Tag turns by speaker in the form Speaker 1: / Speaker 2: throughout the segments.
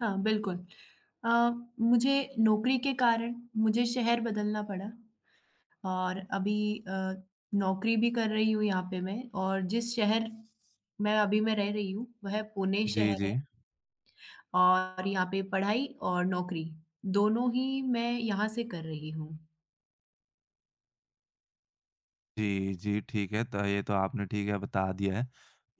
Speaker 1: हाँ, बिल्कुल। अ, मुझे नौकरी के कारण मुझे शहर बदलना पड़ा और अभी अ, नौकरी भी कर रही हूँ यहाँ पे मैं। और जिस शहर मैं अभी मैं रह रही हूँ, वह पुणे
Speaker 2: जी,
Speaker 1: शहर है।
Speaker 2: जी।
Speaker 1: और यहाँ पे पढ़ाई और नौकरी दोनों ही मैं यहाँ से कर रही हूँ।
Speaker 2: जी, जी, ठीक है, तो ये तो आपने ठीक है बता दिया है।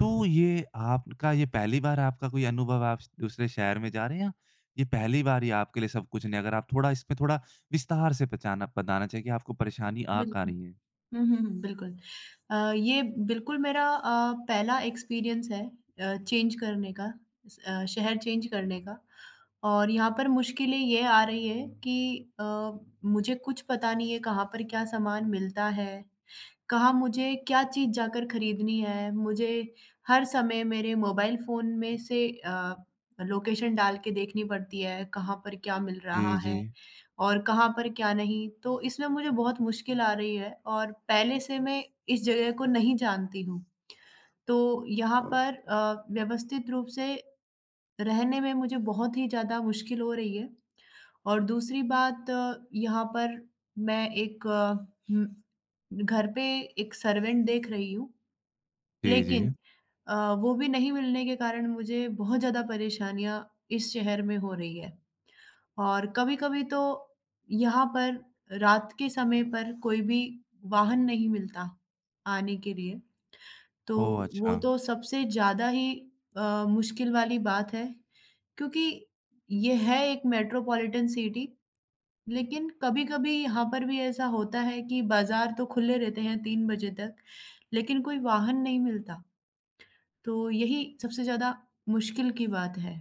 Speaker 2: तो ये आपका ये पहली बार आपका कोई अनुभव आप दूसरे शहर में जा रहे हैं या ये पहली बार ही आपके लिए सब कुछ नहीं? अगर आप थोड़ा इसमें थोड़ा विस्तार से पचाना बताना चाहिए कि आपको परेशानी आ कहाँ
Speaker 1: बिल्कुल।
Speaker 2: रही है?
Speaker 1: हुँ, हुँ, हुँ, बिल्कुल। ये बिल्कुल मेरा पहला एक्सपीरियंस है चेंज करने का, शहर चेंज करने का। और यहाँ पर मुश्किलें ये आ रही है कि मुझे कुछ पता नहीं है कहाँ पर क्या सामान मिलता है, कहाँ मुझे क्या चीज़ जाकर खरीदनी है। मुझे हर समय मेरे मोबाइल फ़ोन में से लोकेशन डाल के देखनी पड़ती है, कहाँ पर क्या मिल
Speaker 2: जी,
Speaker 1: रहा है
Speaker 2: जी।
Speaker 1: और कहाँ पर क्या नहीं। तो इसमें मुझे बहुत मुश्किल आ रही है और पहले से मैं इस जगह को नहीं जानती हूँ। तो यहाँ पर व्यवस्थित रूप से रहने में मुझे बहुत ही ज़्यादा मुश्किल हो रही है। और दूसरी बात यहाँ पर मैं एक घर पे एक सर्वेंट देख रही हूँ,
Speaker 2: जी, जी।
Speaker 1: लेकिन वो भी नहीं मिलने के कारण मुझे बहुत ज़्यादा परेशानियाँ इस शहर में हो रही है। और कभी-कभी तो यहाँ पर रात के समय पर कोई भी वाहन नहीं मिलता आने के लिए, तो
Speaker 2: ओह!
Speaker 1: वो
Speaker 2: अच्छा।
Speaker 1: तो सबसे ज़्यादा ही मुश्किल वाली बात है क्योंकि ये है एक मेट्रोपॉलिटन सिटी। लेकिन कभी-कभी यहाँ पर भी ऐसा होता है कि बाज़ार तो खुले रहते हैं 3 बजे तक, लेकिन कोई वाहन नहीं मिलता, तो यही सबसे ज़्यादा मुश्किल की बात है।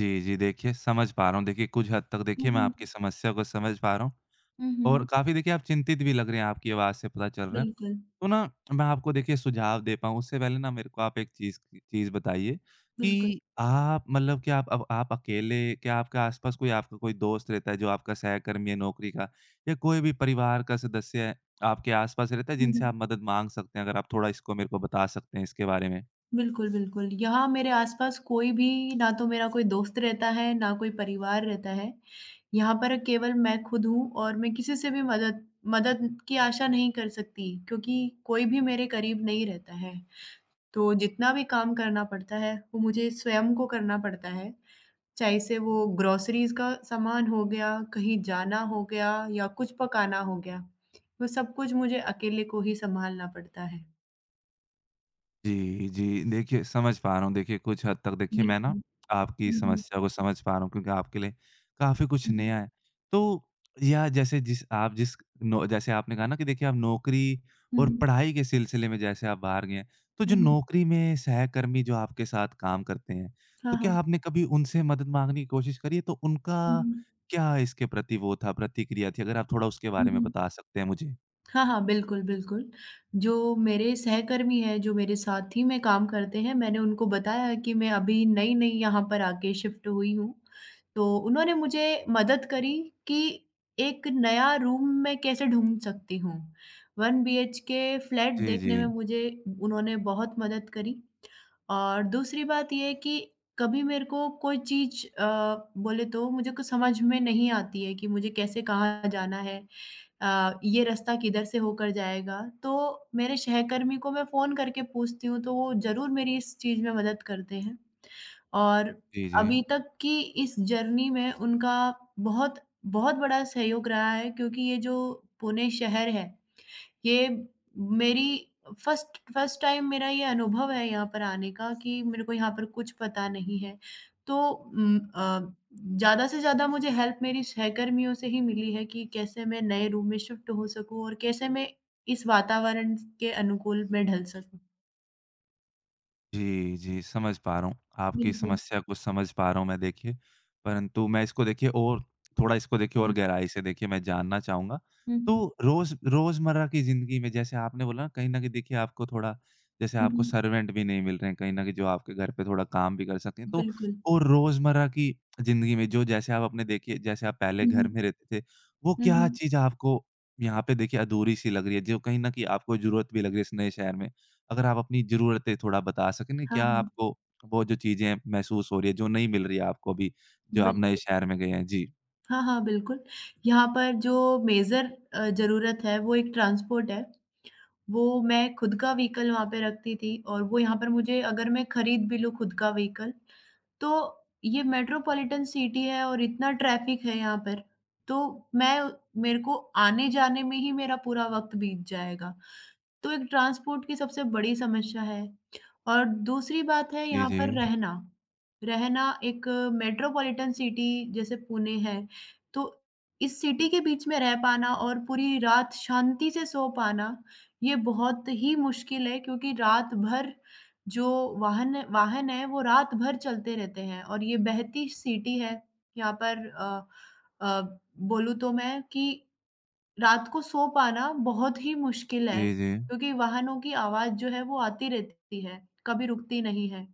Speaker 2: जी, जी, देखिए समझ पा रहा हूँ। देखिए कुछ हद तक देखिए
Speaker 1: हुँ,
Speaker 2: मैं
Speaker 1: हुँ।
Speaker 2: आपकी समस्या को समझ पा रहा हूँ।
Speaker 1: हुँ,
Speaker 2: और
Speaker 1: हुँ।
Speaker 2: काफ़ी देखिए आप चिंतित भी लग रहे हैं, आपकी आवाज़ से पता चल रहा है।
Speaker 1: बिल्कुल,
Speaker 2: तो ना मैं आपको देखिए सुझाव दे पाऊँ उससे पहले ना मेरे को आप एक चीज़ चीज़ बताइए
Speaker 1: बिल्कुल।
Speaker 2: कि आप मतलब क्या आप अब आप अकेले क्या आपके आस-पास कोई आपका कोई दोस्त रहता है जो आपका सहकर्मी है नौकरी का, या कोई भी परिवार का सदस्य है, आपके आस-पास रहता है
Speaker 1: हुँ,
Speaker 2: जिनसे
Speaker 1: हुँ।
Speaker 2: आप मदद माँग सकते हैं? अगर आप थोड़ा इसको मेरे को बता सकते हैं इसके बारे में।
Speaker 1: बिल्कुल, बिल्कुल। यहाँ मेरे आस-पास कोई भी ना तो मेरा कोई दोस्त रहता है, ना कोई परिवार रहता है। यहाँ पर केवल मैं खुद हूँ और मैं किसी से भी मदद मदद की आशा नहीं कर सकती क्योंकि कोई भी मेरे करीब नहीं रहता है। तो जितना भी काम करना पड़ता है, वो मुझे स्वयं को करना पड़ता है। चाहे से वो ग्रोसरीज़ का सामान हो गया, कहीं जाना हो गया या कुछ पकाना हो गया। वो सब कुछ मुझे अकेले को ही सँभालना पड़ता है।
Speaker 2: जी, जी। देखिए, समझ पा रहा हूँ। देखिए, कुछ हद तक देखिए मैं ना
Speaker 1: बिल्कुल।
Speaker 2: आपकी
Speaker 1: हुँ, हुँ।
Speaker 2: समस्या को समझ पा रहा हूँ, क्योंकि आपके लिए काफ़ी कुछ
Speaker 1: हुँ, हुँ।
Speaker 2: नया है। तो या जैसे जिस आप जिस नो जैसे आपने कहा ना कि देखिए आप नौकरी
Speaker 1: हुँ,
Speaker 2: और
Speaker 1: हुँ।
Speaker 2: पढ़ाई के सिलसिले में जैसे आप बाहर गए हैं, तो
Speaker 1: हुँ,
Speaker 2: जो
Speaker 1: हुँ।
Speaker 2: नौकरी में सहकर्मी जो आपके साथ काम करते हैं, तो
Speaker 1: हाँ,
Speaker 2: क्या
Speaker 1: हाँ।
Speaker 2: आपने कभी उनसे मदद माँगने की कोशिश करी है? तो
Speaker 1: हुँ,
Speaker 2: उनका
Speaker 1: हुँ।
Speaker 2: क्या इसके प्रति वो था, प्रतिक्रिया थी? अगर आप थोड़ा उसके
Speaker 1: हुँ,
Speaker 2: बारे में
Speaker 1: हुँ।
Speaker 2: बता सकते हैं मुझे।
Speaker 1: हाँ, हाँ, बिल्कुल, बिल्कुल। जो मेरे सहकर्मी हैं, जो मेरे साथी में काम करते हैं, मैंने उनको बताया कि मैं अभी नई-नई यहाँ पर आके शिफ्ट हुई हूँ। तो उन्होंने मुझे मदद करी कि एक नया रूम मैं कैसे ढूँढ सकती हूँ। 1 BHK फ्लैट
Speaker 2: जी, जी।
Speaker 1: देखने में मुझे उन्होंने बहुत मदद करी और दूसरी बात ये है कि कभी मेरे को कोई चीज़ बोले तो मुझे कुछ समझ में नहीं आती है कि मुझे कैसे कहाँ जाना है, ये रास्ता किधर से होकर जाएगा? तो मेरे सहकर्मी को मैं फ़ोन करके पूछती हूँ, तो वो ज़रूर मेरी इस चीज़ में मदद करते हैं। और
Speaker 2: जी, जी।
Speaker 1: अभी तक की इस जर्नी में उनका बहुत बहुत बड़ा सहयोग रहा है क्योंकि ये जो पुणे शहर है, ये मेरी फर्स्ट फर्स्ट टाइम मेरा ये अनुभव है यहाँ पर आने का कि मेरे को यहाँ पर कुछ पता नहीं है। तो ज़्यादा से ज़्यादा मुझे हेल्प मेरी सहकर्मियों से ही मिली है कि कैसे मैं नए रूम में शिफ्ट हो सकूँ और कैसे मैं इस वातावरण के अनुकूल मैं ढल सकूँ।
Speaker 2: जी, जी, समझ पा रहा हूँ। आपकी
Speaker 1: बिल्कुल,
Speaker 2: समस्या को समझ पा रहा हूँ मैं देखिए, परंतु मैं इसको देखिए और थोड़ा इसको देखिए और
Speaker 1: बिल्कुल।
Speaker 2: गहराई से देखिए मैं जानना चाहूँगा।
Speaker 1: हुँ, हुँ।
Speaker 2: तो रोज़मर्रा की ज़िंदगी में जैसे आपने बोला ना कहीं न कहीं देखिए आपको थोड़ा, जैसे
Speaker 1: हुँ,
Speaker 2: आपको
Speaker 1: हुँ।
Speaker 2: सर्वेंट भी नहीं मिल रहे हैं, कहीं न कहीं जो आपके घर पे थोड़ा काम भी कर सकें। तो
Speaker 1: बिल्कुल।
Speaker 2: और रोज़मर्रा की ज़िंदगी में जो जैसे आप अपने देखिए जैसे आप पहले
Speaker 1: हुँ,
Speaker 2: घर
Speaker 1: हुँ।
Speaker 2: में रहते थे, वो
Speaker 1: हुँ,
Speaker 2: क्या
Speaker 1: हुँ।
Speaker 2: चीज़ आपको यहाँ पे देखिए अधूरी-सी लग रही है, जो कहीं न कहीं आपको ज़रूरत भी लग रही है इस नए शहर में? अगर आप अपनी ज़रूरतें थोड़ा बता सकें ना,
Speaker 1: हाँ,
Speaker 2: क्या
Speaker 1: हाँ।
Speaker 2: आपको वो जो चीज़ें महसूस हो रही है, जो नहीं मिल रही है आपको अभी, जो आप नए
Speaker 1: बिल्कुल।
Speaker 2: शहर में गए हैं? जी।
Speaker 1: हाँ, हाँ, बिल्कुल। यहाँ पर जो मेजर ज़रूरत है वो एक ट्रांसपोर्ट है। वो मैं खुद का व्हीकल वहाँ पे रखती थी और वो यहाँ पर मुझे अगर मैं खरीद भी लूँ खुद का व्हीकल, तो ये मेट्रोपॉलिटन सिटी है और इतना ट्रैफ़िक है यहाँ पर, तो मैं मेरे को आने-जाने में ही मेरा पूरा वक़्त बीत जाएगा। तो एक ट्रांसपोर्ट की सबसे बड़ी समस्या है और दूसरी बात है
Speaker 2: जी,
Speaker 1: यहाँ
Speaker 2: जी।
Speaker 1: पर रहना। रहना एक मेट्रोपॉलिटन सिटी जैसे पुणे है, तो इस सिटी के बीच में रह पाना और पूरी रात शांति से सो पाना, ये बहुत ही मुश्किल है क्योंकि रात भर जो वाहन वाहन है वो रात भर चलते रहते हैं और ये बहती सिटी है। यहाँ पर अ, बोलूँ तो मैं कि रात को सो पाना बहुत ही मुश्किल है, हुँ।
Speaker 2: जी, जी।
Speaker 1: क्योंकि वाहनों की आवाज़ जो है वो आती रहती है, कभी रुकती नहीं है।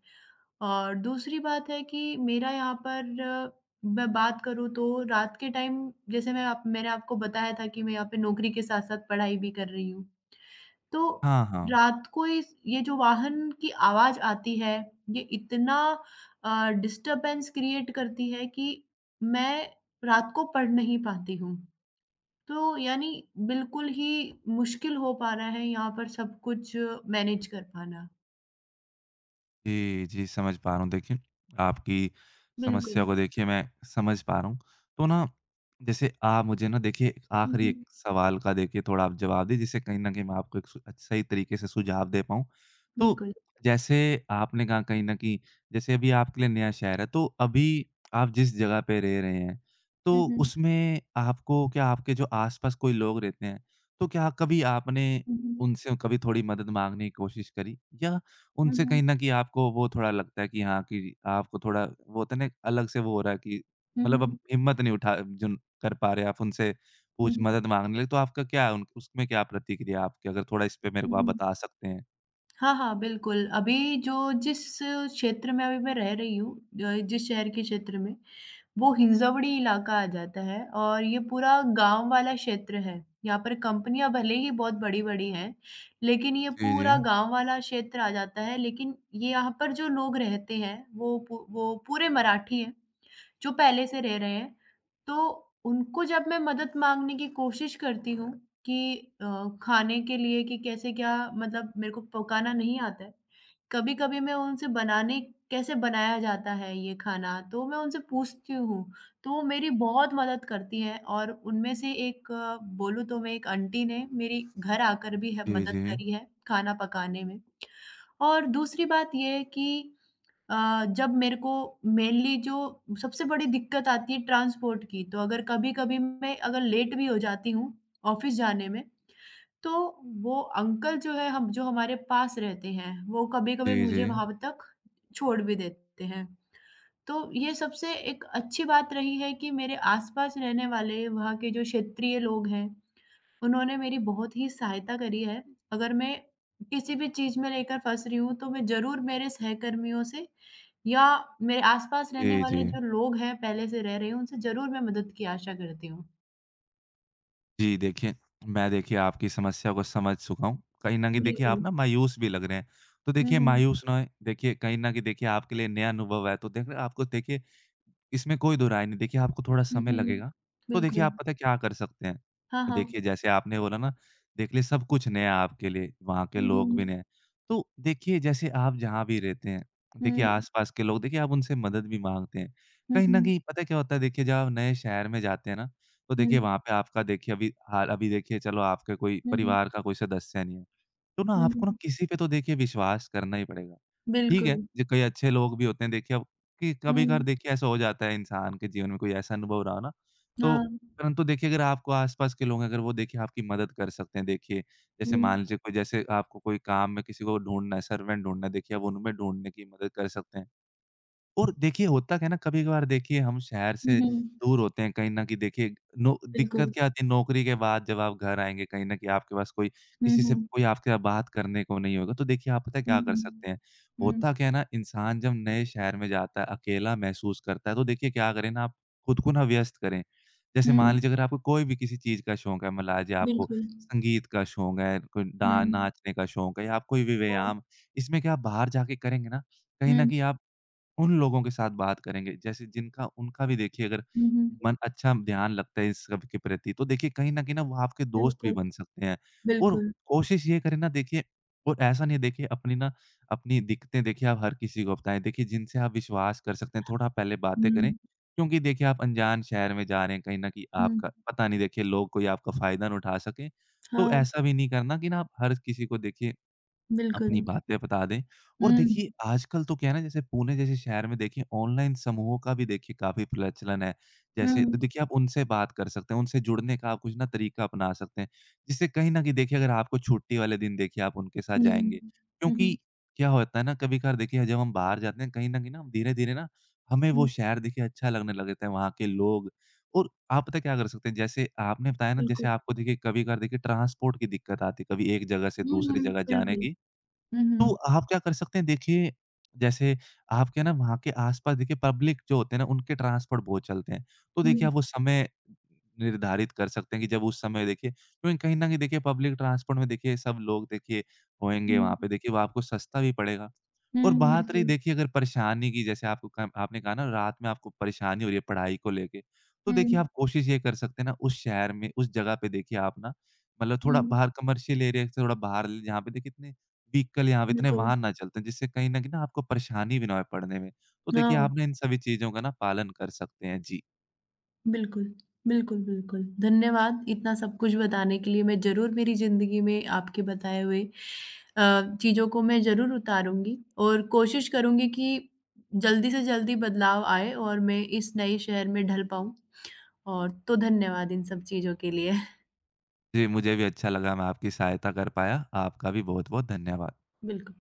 Speaker 1: और दूसरी बात है कि मेरा यहाँ पर मैं बात करूँ तो रात के टाइम, जैसे मैंने आपको बताया था कि मैं यहाँ पे नौकरी के साथ-साथ पढ़ाई भी कर रही हूँ। तो
Speaker 2: हाँ, हाँ।
Speaker 1: रात को इस ये जो वाहन की आवाज़ आती है, ये इतना डिस्टर्बेंस क्रिएट करती है कि मैं रात को पढ़ नहीं पाती हूँ। तो यानी बिल्कुल ही मुश्किल हो पा रहा है यहाँ पर सब कुछ मैनेज कर पाना।
Speaker 2: जी, जी, समझ पा रहा हूँ। देखिए, आपकी समस्या
Speaker 1: बिल्कुल।
Speaker 2: को देखिए मैं समझ पा रहा हूँ। तो ना जैसे आप मुझे ना देखिए
Speaker 1: हुँ,
Speaker 2: आखिरी एक
Speaker 1: हुँ।
Speaker 2: सवाल का देखिए थोड़ा आप जवाब दें, जिससे कहीं न कहीं मैं आपको एक सही तरीके से सुझाव दे पाऊँ। तो
Speaker 1: बिल्कुल।
Speaker 2: जैसे आपने कहा कहीं न कहीं, जैसे अभी आपके लिए नया शहर है तो अभी आप जिस जगह पे रह रहे हैं,
Speaker 1: हुँ,
Speaker 2: तो
Speaker 1: हुँ।
Speaker 2: उसमें आपको क्या आपके जो आस-पास कोई लोग रहते हैं, तो क्या कभी आपने
Speaker 1: हुँ, हुँ।
Speaker 2: उनसे कभी थोड़ी मदद माँगने की कोशिश करी? या
Speaker 1: हुँ,
Speaker 2: उनसे
Speaker 1: हुँ।
Speaker 2: कहीं न कहीं आपको वो थोड़ा लगता है कि हाँ, कि आपको थोड़ा वो होता है ना, अलग से वो हो रहा है कि
Speaker 1: हुँ,
Speaker 2: मतलब अब
Speaker 1: हुँ।
Speaker 2: हिम्मत नहीं उठा जुन कर पा रहे आप उनसे
Speaker 1: हुँ,
Speaker 2: पूछ
Speaker 1: हुँ।
Speaker 2: मदद माँगने लगे, तो आपका क्या है उन उसमें क्या प्रतिक्रिया है आपकी? अगर थोड़ा इस पे मेरे
Speaker 1: हुँ,
Speaker 2: को आप
Speaker 1: हुँ।
Speaker 2: बता सकते हैं?
Speaker 1: हाँ, हाँ, बिल्कुल। अभी जो जिस क्षेत्र में अभी मैं रह रही हूँ, जिस शहर के क्षेत्र में, वो हिंजवड़ी इलाका आ जाता है और ये पूरा गाँव वाला क्षेत्र है। यहाँ पर कंपनियाँ भले ही बहुत बड़ी-बड़ी हैं, लेकिन ये
Speaker 2: जी, जी।
Speaker 1: पूरा गाँव वाला क्षेत्र आ जाता है। लेकिन ये यहाँ पर जो लोग रहते हैं, वो पू वो पूरे मराठी हैं। जो पहले से रह रहे हैं, तो उनको जब मैं मदद माँगने की कोशिश करती हूँ कि अ, खाने के लिए कि कैसे क्या, मतलब मेरे को पकाना नहीं आता है। कभी-कभी मैं उनसे बनाने कैसे बनाया जाता है ये खाना, तो मैं उनसे पूछती हूँ, तो वो मेरी बहुत मदद करती हैं और उनमें से एक बोलूँ तो मैं एक आंटी ने मेरी घर आकर भी है
Speaker 2: जी,
Speaker 1: मदद
Speaker 2: जी।
Speaker 1: करी है, खाना पकाने में। और दूसरी बात ये है कि जब मेरे को मेनली जो सबसे बड़ी दिक्कत आती है ट्रांसपोर्ट की, तो अगर कभी-कभी मैं अगर लेट भी हो जाती हूँ ऑफ़िस जाने में, तो वो अंकल जो है, हम जो हमारे पास रहते हैं, वो कभी-कभी
Speaker 2: जी, जी।
Speaker 1: मुझे वहाँ तक छोड़ भी देते हैं। तो ये सबसे एक अच्छी बात रही है कि मेरे आस-पास रहने वाले वहाँ के जो क्षेत्रीय लोग हैं, उन्होंने मेरी बहुत ही सहायता करी है। अगर मैं किसी भी चीज़ में लेकर फँस रही हूँ, तो मैं ज़रूर मेरे सहकर्मियों से या मेरे आस-पास रहने
Speaker 2: जी, जी।
Speaker 1: वाले जो लोग हैं, पहले से रह रहे हैं, उनसे ज़रूर मैं मदद की आशा करती हूँ।
Speaker 2: जी, देखिए, मैं देखिए आपकी समस्या को समझ चुका हूँ। कहीं न कहीं देखिए आप
Speaker 1: बिल्कुल।
Speaker 2: ना मायूस भी लग रहे हैं। तो
Speaker 1: हुँ,
Speaker 2: देखिए
Speaker 1: हुँ।
Speaker 2: मायूस ना होएं, देखिए कहीं न कहीं देखिए आपके लिए नया अनुभव है, तो देखिए आपको देखिए इसमें कोई दो राय नहीं, देखिए आपको थोड़ा
Speaker 1: हुँ,
Speaker 2: समय
Speaker 1: हुँ।
Speaker 2: लगेगा। तो देखिए
Speaker 1: बिल्कुल।
Speaker 2: आप पता है क्या कर सकते हैं?
Speaker 1: हाँ,
Speaker 2: तो
Speaker 1: हाँ।
Speaker 2: देखिए जैसे आपने बोला ना, देखिए सब कुछ नया है आपके लिए, वहाँ के
Speaker 1: हुँ,
Speaker 2: लोग भी नए
Speaker 1: हुँ।
Speaker 2: हैं। तो देखिए जैसे आप जहाँ भी रहते हैं, देखिए
Speaker 1: हुँ।
Speaker 2: आस-पास के लोग देखिए आप उनसे मदद भी माँगते हैं।
Speaker 1: हुँ,
Speaker 2: कहीं न
Speaker 1: हुँ।
Speaker 2: कहीं पता है क्या होता है, देखिए जब आप नए शहर में जाते हैं ना, तो देखिए
Speaker 1: हुँ।
Speaker 2: वहाँ पे आपका देखिए अभी हाल अभी देखिए चलो आपके कोई
Speaker 1: हुँ, हुँ।
Speaker 2: परिवार का कोई सदस्य नहीं है। तो ना
Speaker 1: हुँ,
Speaker 2: आपको ना
Speaker 1: हुँ।
Speaker 2: किसी पे तो देखिए विश्वास करना ही पड़ेगा। ठीक है,
Speaker 1: बिल्कुल।
Speaker 2: जो कई अच्छे लोग भी होते हैं देखिए अब कि कभी-कभार
Speaker 1: हुँ।
Speaker 2: देखिए ऐसा हो जाता है इंसान के जीवन में कोई ऐसा अनुभव रहा ना, तो
Speaker 1: हाँ।
Speaker 2: परंतु देखिए अगर आपको आस-पास के लोग हैं अगर वो देखिए आपकी मदद कर सकते हैं देखिए, जैसे मान
Speaker 1: हुँ।
Speaker 2: लीजिए कोई जैसे आपको कोई काम में किसी को ढूँढना है, सर्वेंट ढूँढना है, देखिए आप उनमें ढूँढने की मदद कर सकते हैं। और देखिए होता क्या है ना, कभी-कभार देखिए हम शहर
Speaker 1: हुँ,
Speaker 2: से
Speaker 1: हुँ।
Speaker 2: दूर होते हैं कहीं न कहीं देखिए नो दिक्कत
Speaker 1: बिल्कुल।
Speaker 2: क्या आती है नौकरी के बाद जब आप घर आएँगे कहीं न कहीं आपके पास कोई
Speaker 1: हुँ,
Speaker 2: किसी से
Speaker 1: हुँ।
Speaker 2: कोई आपके साथ बात करने को नहीं होगा। तो देखिए आप पता है
Speaker 1: हुँ,
Speaker 2: क्या कर
Speaker 1: हुँ।
Speaker 2: सकते हैं?
Speaker 1: हुँ।
Speaker 2: होता क्या है ना, इंसान जब नए शहर में जाता है, अकेला महसूस करता है, तो देखिए क्या करें ना आप खुद को ना व्यस्त करें। जैसे मान
Speaker 1: हुँ।
Speaker 2: लीजिए अगर आपको कोई भी किसी चीज़ का शौक है, मान लीजिए आपको
Speaker 1: बिल्कुल।
Speaker 2: संगीत का शौक है, कोई डा
Speaker 1: हुँ।
Speaker 2: नाचने का शौक है या आप कोई भी
Speaker 1: हाँ।
Speaker 2: व्यायाम, इसमें क्या आप बाहर जाके करेंगे ना, कहीं न
Speaker 1: हुँ।
Speaker 2: कहीं आप उन लोगों के साथ बात करेंगे, जैसे जिनका उनका भी देखिए अगर
Speaker 1: हुँ, हुँ।
Speaker 2: मन अच्छा ध्यान लगता है इस सब के प्रति, तो देखिए कहीं न कहीं ना वो आपके दोस्त भी
Speaker 1: बिल्कुल,
Speaker 2: बन सकते हैं। और
Speaker 1: बिल्कुल।
Speaker 2: कोशिश ये करें ना देखिए, और ऐसा नहीं है देखिए अपनी ना अपनी दिक्कतें देखिए आप हर किसी को बताएँ, देखिए जिनसे आप विश्वास कर सकते हैं, थोड़ा पहले बातें करें।
Speaker 1: हुँ।
Speaker 2: क्योंकि देखिए आप अनजान शहर में जा रहे हैं, कहीं न कहीं
Speaker 1: हुँ।
Speaker 2: आपका पता नहीं देखिए लोग कोई आपका फ़ायदा ना उठा सकें। तो
Speaker 1: हाँ,
Speaker 2: ऐसा भी नहीं करना कि ना आप हर किसी को देखिए
Speaker 1: बिल्कुल।
Speaker 2: अपनी बातें बता दें। और देखिए
Speaker 1: हुँ।
Speaker 2: आजकल तो क्या है ना, जैसे पुणे जैसे शहर में देखिए ऑनलाइन समूहों का भी देखिए काफ़ी प्रचलन है। जैसे तो
Speaker 1: हुँ।
Speaker 2: देखिए आप उनसे बात कर सकते हैं, उनसे जुड़ने का आप कुछ ना तरीका अपना सकते हैं। जिससे कहीं न कहीं देखिए अगर आपको छुट्टी वाले दिन देखिए आप उनके साथ
Speaker 1: हुँ।
Speaker 2: जाएँगे।
Speaker 1: हुँ,
Speaker 2: क्योंकि
Speaker 1: हुँ,
Speaker 2: क्या होता है ना, कभी-कभार देखिए जब हम बाहर जाते हैं कहीं न कहीं ना हम धीरे-धीरे ना हमें वो
Speaker 1: हुँ,
Speaker 2: शहर देखिए अच्छा लगने लगता है, वहाँ के लोग। और आप पता है क्या कर सकते हैं, जैसे आपने बताया ना जैसे
Speaker 1: बिल्कुल।
Speaker 2: आपको देखिए कभी-कभार देखिए ट्रांसपोर्ट की दिक्कत आती है, कभी एक जगह से
Speaker 1: हुँ,
Speaker 2: दूसरी
Speaker 1: हुँ,
Speaker 2: जगह जाने
Speaker 1: बिल्कुल।
Speaker 2: की।
Speaker 1: हुँ,
Speaker 2: तो
Speaker 1: हुँ,
Speaker 2: आप क्या कर सकते हैं देखिए, जैसे आपके ना वहाँ के आस-पास देखिए पब्लिक जो होते हैं ना उनके ट्रांसपोर्ट बहुत चलते हैं। तो देखिए
Speaker 1: हुँ,
Speaker 2: आप वो समय निर्धारित कर सकते हैं कि जब उस समय देखिए क्योंकि कहीं न कहीं देखिए पब्लिक ट्रांसपोर्ट में देखिए सब लोग देखिए होएँगे
Speaker 1: हुँ,
Speaker 2: वहाँ पे, देखिए वो आपको सस्ता भी पड़ेगा। और
Speaker 1: हुँ,
Speaker 2: बात रही
Speaker 1: बिल्कुल।
Speaker 2: देखिए अगर परेशानी की, जैसे आपको क आपने कहा ना रात में आपको परेशानी हो रही है पढ़ाई को लेके, तो देखिए आप
Speaker 1: हुँ,
Speaker 2: कोशिश ये कर सकते हैं ना उस शहर में, उस जगह पे देखिए आप ना मतलब थोड़ा
Speaker 1: हुँ,
Speaker 2: बाहर कमर्शियल एरिया से थोड़ा बाहर जहाँ पे देखिए इतने कि कल यहाँ इतने
Speaker 1: बिल्कुल।
Speaker 2: वाहन ना चलते हैं, जिससे कहीं न कहीं ना आपको परेशानी भी ना होए पढ़ने में। तो देखिए,
Speaker 1: हाँ,
Speaker 2: आप ना इन सभी चीज़ों का ना पालन कर सकते हैं। जी।
Speaker 1: बिल्कुल, बिल्कुल, बिल्कुल। धन्यवाद इतना सब कुछ बताने के लिए। मैं ज़रूर मेरी ज़िंदगी में आपके बताए हुए चीज़ों को मैं ज़रूर उतारूँगी और कोशिश करूँगी कि जल्दी से जल्दी बदलाव आए और मैं इस नए शहर में ढल पाऊँ, और तो धन्यवाद इन सब चीज़ों के लिए।
Speaker 2: जी, मुझे भी अच्छा लगा मैं आपकी सहायता कर पाया। आपका भी बहुत-बहुत धन्यवाद।
Speaker 1: बिल्कुल।